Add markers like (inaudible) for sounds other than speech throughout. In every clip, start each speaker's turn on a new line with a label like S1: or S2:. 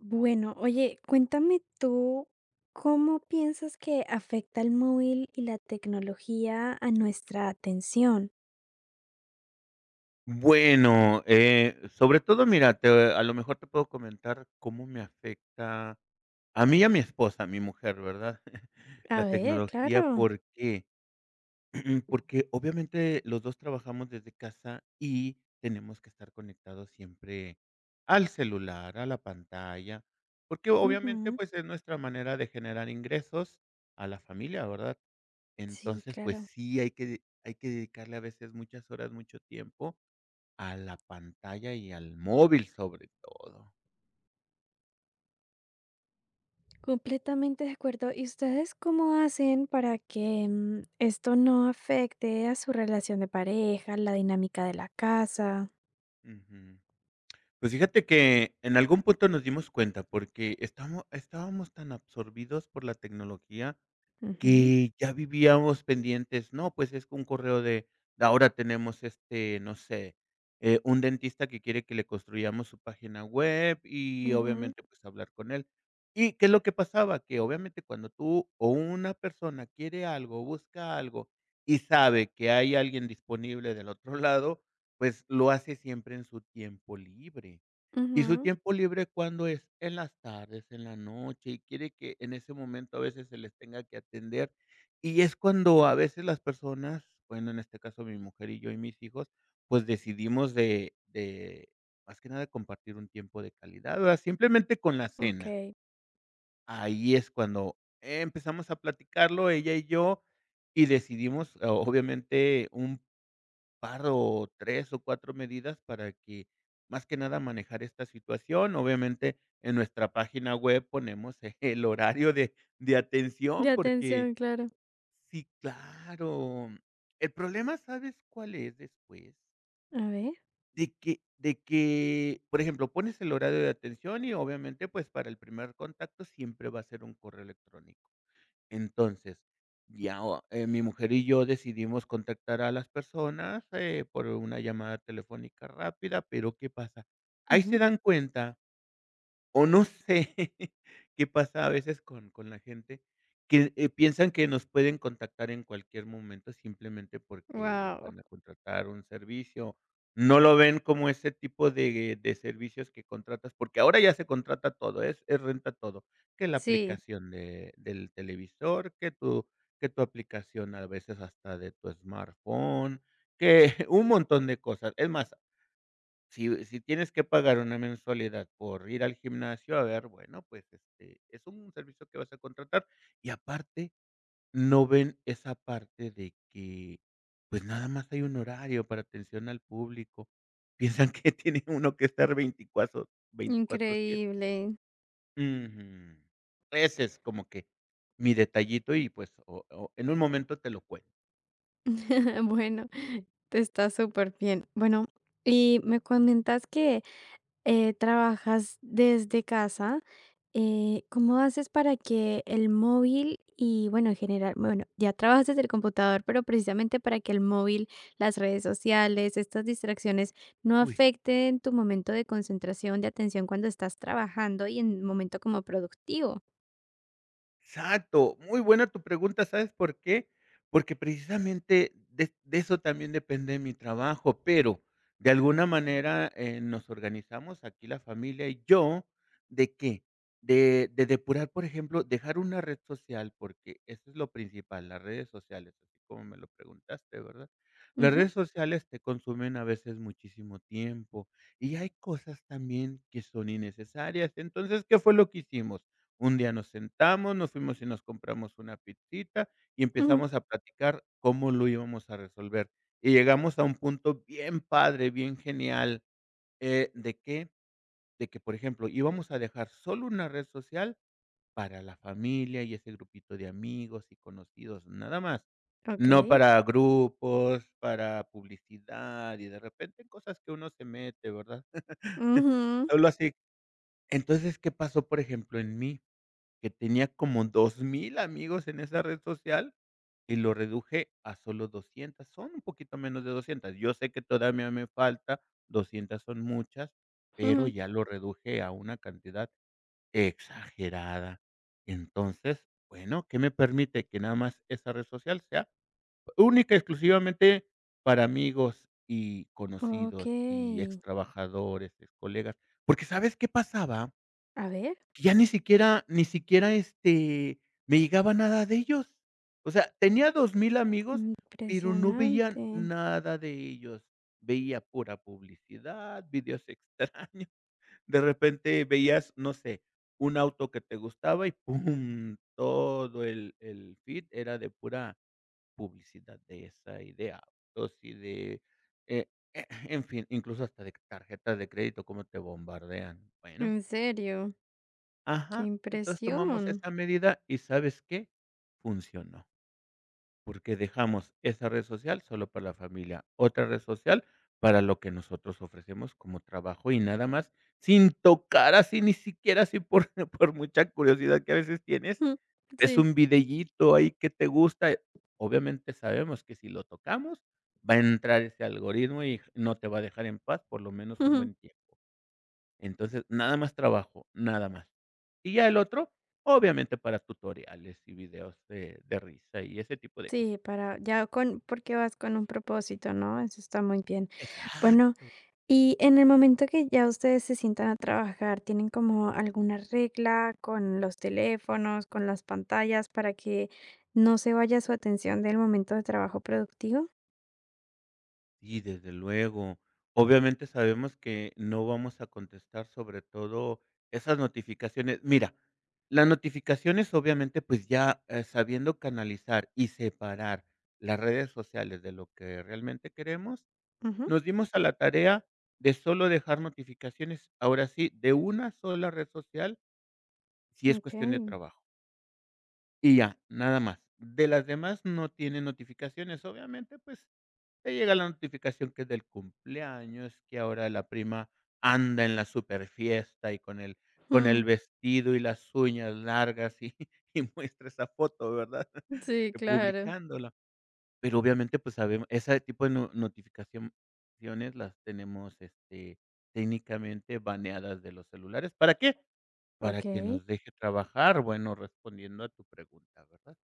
S1: Bueno, oye, cuéntame tú, ¿cómo piensas que afecta el móvil y la tecnología a nuestra atención?
S2: Bueno, sobre todo, mira, te a lo mejor te puedo comentar cómo me afecta a mí y a mi esposa, a mi mujer, ¿verdad? (laughs)
S1: A
S2: La
S1: ver,
S2: tecnología,
S1: claro.
S2: ¿por qué? (clears throat) Porque obviamente los 2 trabajamos desde casa y tenemos que estar conectados siempre al celular, a la pantalla, porque obviamente,
S1: Ujú.
S2: pues, es nuestra manera de generar ingresos a la familia, ¿verdad?
S1: Sí,
S2: Entonces, pues
S1: claro.
S2: sí, hay que dedicarle a veces muchas horas, mucho tiempo a la pantalla y al móvil, sobre todo.
S1: Completamente de acuerdo. ¿Y ustedes cómo hacen para que esto no afecte a su relación de pareja, la dinámica de la casa?
S2: Ujú. Pues fíjate que en algún punto nos dimos cuenta, porque estamo estábamos tan absorbidos por la tecnología
S1: Ujú,
S2: que ya vivíamos pendientes, no, pues es que un correo de ahora tenemos, no sé, un dentista que quiere que le construyamos su página web y
S1: ujú,
S2: obviamente, pues hablar con él. ¿Y qué es lo que pasaba? Que obviamente cuando tú o una persona quiere algo, busca algo y sabe que hay alguien disponible del otro (laughs) lado, pues lo hace siempre en su tiempo libre. ¿Y su
S1: ujú.
S2: tiempo libre cuándo es? En las tardes, en la noche, y quiere que en ese momento a veces se les tenga que atender. Y es cuando a veces las personas, bueno, en este caso mi mujer y yo y mis hijos, pues decidimos más que nada, compartir un tiempo de calidad, ¿verdad? Simplemente con la cena.
S1: Ok.
S2: Ahí es cuando empezamos a platicarlo ella y yo, y decidimos, obviamente, un par o 3 o 4 medidas para que, más que nada, manejar esta situación. Obviamente, en nuestra página web ponemos (laughs) el horario de
S1: De
S2: atención, porque
S1: atención, claro.
S2: sí, claro. El problema, ¿sabes cuál es después?
S1: A ver.
S2: De que, por ejemplo, pones el horario de atención y, obviamente, pues, para el primer contacto siempre va a ser un correo electrónico. Entonces, ya, o mi mujer y yo decidimos contactar a las personas, por una llamada telefónica rápida, pero ¿qué pasa? Ahí se
S1: Ujú.
S2: dan cuenta o no sé (laughs) qué pasa a veces con la gente que, piensan que nos pueden contactar en cualquier momento simplemente porque
S1: Wow.
S2: van a contratar un servicio. No lo ven como ese tipo de servicios que contratas, porque ahora ya se contrata todo, es renta todo, que la
S1: Sí.
S2: aplicación de del televisor, que tu aplicación a veces hasta de tu smartphone, que (laughs) un montón de cosas. Es más, si tienes que pagar una mensualidad por ir al gimnasio, a ver, bueno, pues, es un servicio que vas a contratar. Y aparte, no ven esa parte de que, pues, nada más hay un horario para atención al público. Piensan que (laughs) tiene uno que estar veinticuatro siete.
S1: Increíble.
S2: Ujú. Ese es como que mi detallito y, pues, o en un momento te lo cuento.
S1: (laughs) Bueno, te está súper bien. Bueno, y me comentas que trabajas desde casa. ¿Cómo haces para que el móvil y, bueno, en general, bueno, ya trabajas desde el computador, pero precisamente para que el móvil, las redes sociales, estas distracciones no
S2: Uy.
S1: afecten tu momento de concentración, de atención cuando estás trabajando y en un momento como productivo?
S2: Exacto, muy buena tu pregunta, ¿sabes por qué? Porque precisamente de eso también depende mi trabajo, pero de alguna manera, nos organizamos aquí la familia y yo, ¿de qué? De depurar, por ejemplo, dejar una red social, porque eso es lo principal, las redes sociales, así como me lo preguntaste, ¿verdad? Las
S1: Ujú,
S2: redes sociales te consumen a veces muchísimo tiempo y hay cosas también que son innecesarias. Entonces, ¿qué fue lo que hicimos? Un día nos sentamos, nos fuimos y nos compramos una pizzita y
S1: ujú.
S2: empezamos a platicar cómo lo íbamos a resolver. Y llegamos a un punto bien padre, bien genial, ¿de qué? De que, por ejemplo, íbamos a dejar solo una red social para la familia y ese grupito de amigos y conocidos, nada más.
S1: Ok.
S2: No para grupos, para publicidad y de repente cosas que uno se mete, ¿verdad? (laughs)
S1: Ujú,
S2: Solo así. Entonces, ¿qué pasó, por ejemplo, en mí? Que tenía como 2000 amigos en esa red social y lo reduje a solo doscientas, son un poquito menos de doscientas. Yo sé que todavía me falta, 200 son muchas, pero
S1: ujú.
S2: ya lo reduje a una cantidad exagerada. Entonces, bueno, ¿qué me permite? Que nada más esa red social sea única, exclusivamente para amigos y conocidos
S1: Okey.
S2: y ex trabajadores, ex colegas. Porque ¿sabes qué pasaba?
S1: A ver,
S2: Ya ni siquiera, me llegaba nada de ellos. O sea, tenía 2000 amigos, pero no
S1: impresionante.
S2: veía nada de ellos. Veía pura publicidad, videos extraños. (laughs) De repente veías, no sé, un auto que te gustaba y pum, todo el feed era de pura publicidad de esa y de autos y de, eh, (clears throat) en fin, incluso hasta de tarjetas de crédito, cómo te bombardean. Bueno.
S1: En serio, qué
S2: Ajá, entonces tomamos
S1: impresión.
S2: esa medida y ¿sabes qué? Funcionó, porque dejamos esa red social solo para la familia, otra red social para lo que nosotros ofrecemos como trabajo y nada más, sin tocar así, ni siquiera así por (laughs) por mucha curiosidad que a veces tienes,
S1: Mm,
S2: es
S1: sí,
S2: un videíto ahí que te gusta. Obviamente sabemos que si lo tocamos va a entrar ese algoritmo y no te va a dejar en paz por lo menos un buen
S1: (laughs)
S2: tiempo. Entonces, nada más trabajo, nada más. Y ya el otro, obviamente, para tutoriales y videos de risa y ese tipo de
S1: sí,
S2: cositas.
S1: para ya con porque vas con un propósito, ¿no? Eso está muy bien. Bueno,
S2: Exacto.
S1: y en el momento que ya ustedes se sientan a trabajar, ¿tienen como alguna regla con los teléfonos, con las pantallas, para que no se vaya su atención del momento de trabajo productivo?
S2: Y desde luego. Obviamente sabemos que no vamos a contestar sobre todo esas notificaciones. Mira, las notificaciones obviamente pues ya, sabiendo canalizar y separar las redes sociales de lo que realmente queremos,
S1: Ujú,
S2: nos dimos a la tarea de solo dejar notificaciones, ahora sí, de una sola red social, si es cuestión de
S1: okey.
S2: trabajo. Y ya, nada más. De las demás no tiene notificaciones. Obviamente, pues, te llega la notificación que es del cumpleaños, que ahora la prima anda en la superfiesta y con el
S1: Mm,
S2: vestido y las uñas largas y (laughs) y muestra esa foto, ¿verdad? (laughs)
S1: sí, claro.
S2: Publicándola. Pero obviamente, pues, sabemos ese tipo de no notificación las tenemos, técnicamente baneadas de los celulares, ¿para qué? Para que
S1: Okey.
S2: nos deje trabajar, bueno, respondiendo a tu pregunta, ¿verdad?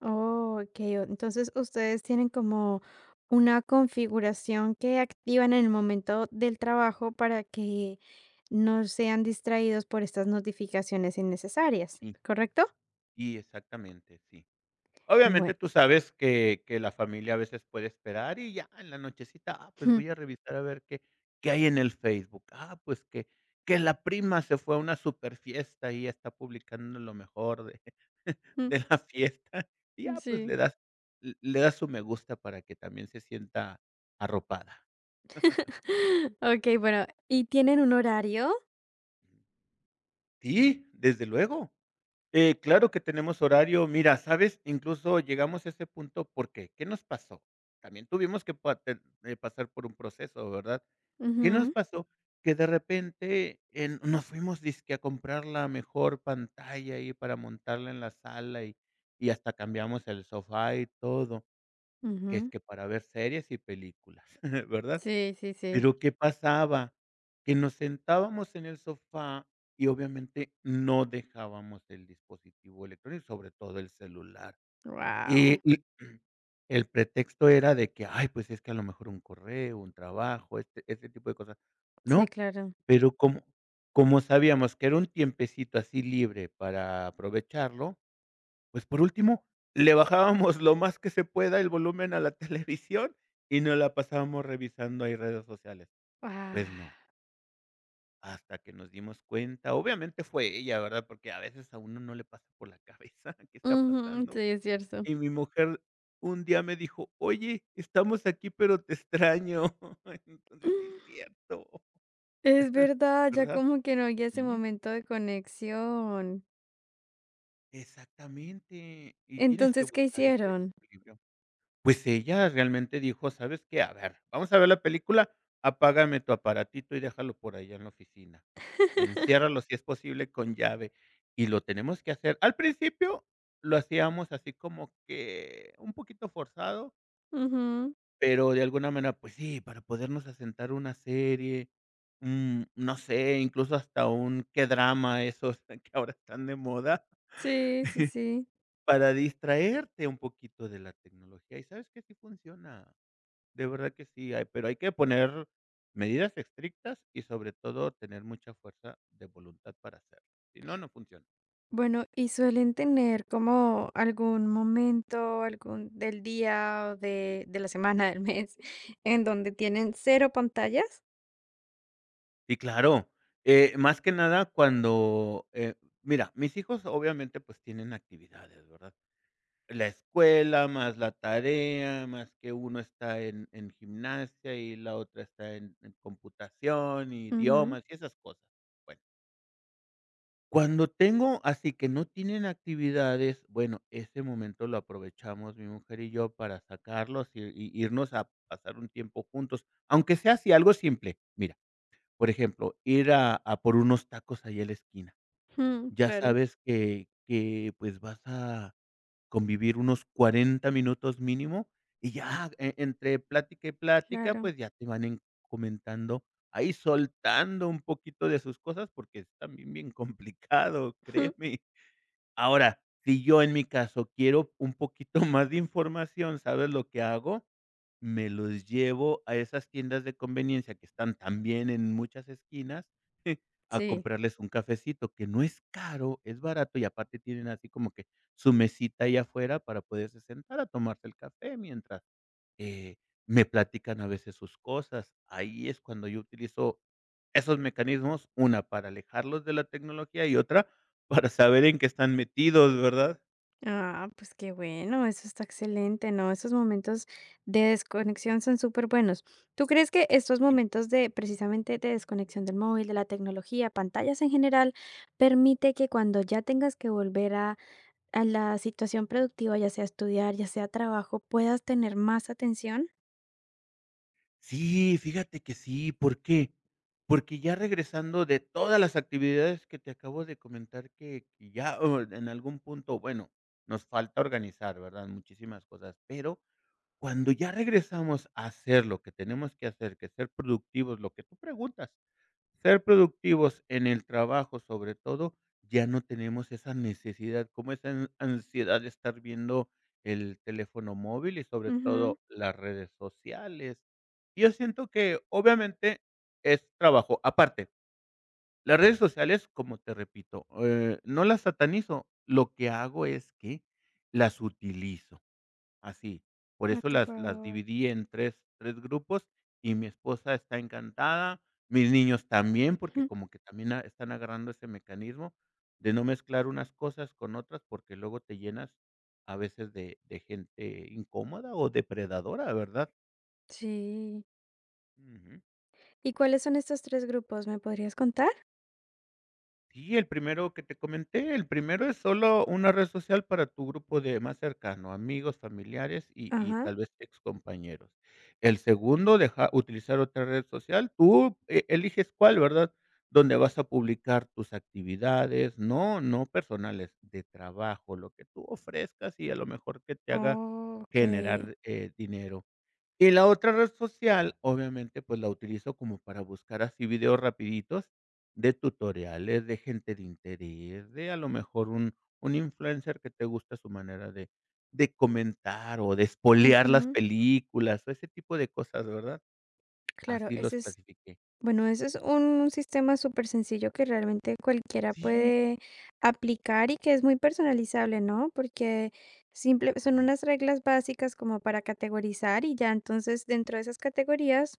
S1: Oh, okey, o entonces, ustedes tienen como una configuración que activan en el momento del trabajo para que no sean distraídos por estas notificaciones innecesarias,
S2: Sí,
S1: ¿correcto?
S2: sí, exactamente, sí. Obviamente,
S1: Bueno,
S2: tú sabes que la familia a veces puede esperar y ya en la nochecita, ah, pues, voy a revisar a ver qué hay en el Facebook. Ah, pues, que la prima se fue a una super fiesta y está publicando lo mejor de
S1: (laughs)
S2: la fiesta, y ya, pues,
S1: sí.
S2: le das l le das su me gusta para que también se sienta arropada.
S1: (laughs) Okey, bueno, ¿y tienen un horario?
S2: Sí, desde luego. Claro que tenemos horario. Mira, ¿sabes? Incluso llegamos a ese punto, porque ¿qué nos pasó? También tuvimos que pa ten pasar por un proceso, ¿verdad? ¿Qué nos
S1: Ujú,
S2: pasó? Que de repente, en nos fuimos dizque a comprar la mejor pantalla ahí para montarla en la sala y hasta cambiamos el sofá y todo. Que es
S1: ujú.
S2: que para ver series y películas, (laughs) ¿verdad?
S1: Sí, sí, sí.
S2: Pero, ¿qué pasaba? Que nos sentábamos en el sofá y obviamente no dejábamos el dispositivo electrónico, sobre todo el celular.
S1: Wow.
S2: Y (clears throat) el pretexto era de que: "Ay, pues es que a lo mejor un correo, un trabajo", este tipo de cosas.
S1: Sí,
S2: No,
S1: claro.
S2: pero como sabíamos que era un tiempecito así libre para aprovecharlo pues, por último, le bajábamos lo más que se pueda el volumen a la (laughs) televisión y nos la pasábamos revisando ahí redes sociales.
S1: Ah.
S2: Pues no, hasta que nos dimos cuenta. Obviamente fue ella, ¿verdad? Porque a veces a uno no le pasa por la cabeza (laughs) qué está
S1: Ujú. Sí,
S2: pasando.
S1: es cierto.
S2: Y mi mujer un día me dijo: "Oye, estamos aquí, pero te extraño". (laughs) Entonces, sí es cierto,
S1: Es verdad, ya
S2: ¿verdad?
S1: como que no había ese
S2: Sí,
S1: momento de conexión.
S2: exactamente. Y tienes que
S1: Entonces, ¿qué
S2: buscar ese
S1: hicieron?
S2: equilibrio. Pues ella realmente dijo: "¿Sabes qué? A ver, vamos a ver la película, apágame tu aparatito y déjalo por allá en la oficina. Enciérralo si es posible con llave, y lo tenemos que hacer". Al principio lo hacíamos así como que un poquito forzado,
S1: Ujú.
S2: pero de alguna manera, pues sí, para podernos asentar una serie, no sé, incluso hasta un qué drama esos (laughs) que ahora están de moda,
S1: Sí, sí,
S2: (laughs)
S1: sí.
S2: para distraerte un poquito de la tecnología. ¿Y sabes que sí funciona? De verdad que sí, hay pero hay que poner medidas estrictas y, sobre todo, tener mucha fuerza de voluntad para hacerlo. Si no, no funciona.
S1: Bueno, ¿y suelen tener como algún momento, algún del día o de la semana, del mes, (laughs) en donde tienen cero pantallas?
S2: Y claro, más que nada cuando, mira, mis hijos obviamente, pues, tienen actividades, ¿verdad? La escuela, más la tarea, más que uno está en gimnasia y la otra está en computación,
S1: Ujú.
S2: idiomas y esas cosas. Bueno. Cuando tengo así que no tienen actividades, bueno, ese momento lo aprovechamos mi mujer y yo para sacarlos y irnos a pasar un tiempo juntos, aunque sea así algo simple. Mira, por ejemplo, ir a por unos tacos ahí a la esquina.
S1: Mm,
S2: Ya
S1: claro,
S2: sabes que, pues, vas a convivir unos 40 minutos mínimo, y ya entre plática y plática,
S1: claro.
S2: pues, ya te van en comentando, ahí soltando un poquito de sus cosas, porque es también bien (laughs) complicado,
S1: (laughs)
S2: créeme. Ahora, si yo en mi caso quiero un poquito (laughs) más de información, ¿sabes lo que hago? Me los llevo a esas tiendas de conveniencia que están también en muchas esquinas a
S1: Sí.
S2: comprarles un cafecito, que no es caro, es barato y aparte tienen así como que su mesita ahí afuera para poderse sentar a tomarse el café mientras, eh, me platican a veces sus cosas. Ahí es cuando yo utilizo esos mecanismos, una para alejarlos de la tecnología y otra para saber en qué están metidos, ¿verdad?
S1: Ah, pues qué bueno, eso está excelente, ¿no? Esos momentos de desconexión son súper buenos. ¿Tú crees que estos
S2: Sí,
S1: momentos de precisamente de desconexión del móvil, de la tecnología, pantallas en general, permite que cuando ya tengas que volver a la situación productiva, ya sea estudiar, ya sea trabajo, puedas tener más atención?
S2: sí, fíjate que sí, ¿por qué? Porque ya regresando de todas las actividades que te acabo de comentar que ya, o en algún punto, bueno, nos falta organizar, ¿verdad? Muchísimas cosas, pero cuando ya regresamos a hacer lo que tenemos que hacer, que ser productivos, lo que tú preguntas. Ser productivos en el trabajo, sobre todo, ya no tenemos esa necesidad, como esa an ansiedad de estar viendo el teléfono móvil y, sobre
S1: Ujú,
S2: todo, las redes sociales. Y yo siento que, obviamente, es trabajo. Aparte, las redes sociales, como te repito, no las satanizo, lo que hago es que las utilizo. Así. Por
S1: a
S2: eso
S1: tu
S2: las
S1: favor.
S2: dividí en tres grupos, y mi esposa está encantada, mis niños también, porque como
S1: (laughs)
S2: que también a están agarrando ese mecanismo de no mezclar unas cosas con otras, porque luego te llenas a veces de gente incómoda o depredadora, ¿verdad?
S1: Sí.
S2: Ujú.
S1: ¿Y cuáles son estos tres grupos? ¿Me podrías contar?
S2: Sí, el primero que te comenté, el primero es solo una red social para tu grupo de más cercano, amigos, familiares y
S1: Ajá.
S2: tal vez ex compañeros. El segundo, deja utilizar otra red social, tú eliges cuál, ¿verdad? Donde vas a publicar tus actividades, no personales, de trabajo, lo que tú ofrezcas y a lo mejor que te haga
S1: Okey.
S2: generar, dinero. Y la otra red social, obviamente, pues, la utilizo como para buscar así videos rapiditos de tutoriales, de gente de interés, de a lo mejor un influencer que te gusta su manera de comentar o de espoilear las
S1: Ujú.
S2: películas, o ese tipo de cosas, ¿verdad?
S1: Claro,
S2: Así
S1: ese
S2: los
S1: es.
S2: clasifiqué.
S1: Bueno, eso es un sistema súper sencillo que realmente cualquiera
S2: Sí,
S1: puede aplicar y que es muy personalizable, ¿no? Porque simple, son
S2: exactamente,
S1: unas reglas básicas como para categorizar y ya entonces dentro de esas categorías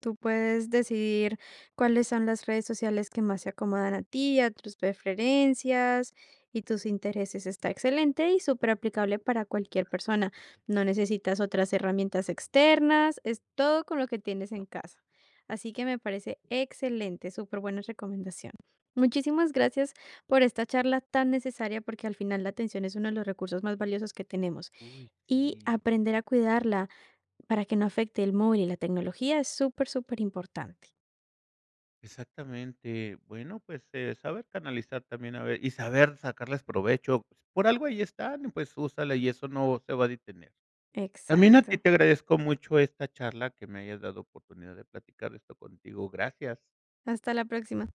S1: tú puedes decidir cuáles son las redes sociales que más se acomodan a ti, a tus preferencias y tus intereses. Está excelente y súper aplicable para cualquier persona.
S2: exactamente.
S1: No necesitas otras herramientas externas, es todo con lo que tienes en
S2: No,
S1: casa. Así que me parece excelente, súper buena recomendación. Muchísimas gracias por esta charla tan necesaria porque al final la atención es uno de los recursos más valiosos que tenemos
S2: uy,
S1: y
S2: sí.
S1: aprender a cuidarla para que no afecte el móvil y la tecnología es súper, súper importante.
S2: Exactamente. Bueno, pues, saber canalizar también, a ver, y saber sacarles provecho. Pues, por algo ahí están, pues, úsala, y eso no se va a detener. También a ti
S1: Exacto.
S2: te agradezco mucho esta charla, que me hayas dado oportunidad de platicar esto contigo. Gracias.
S1: Hasta la próxima.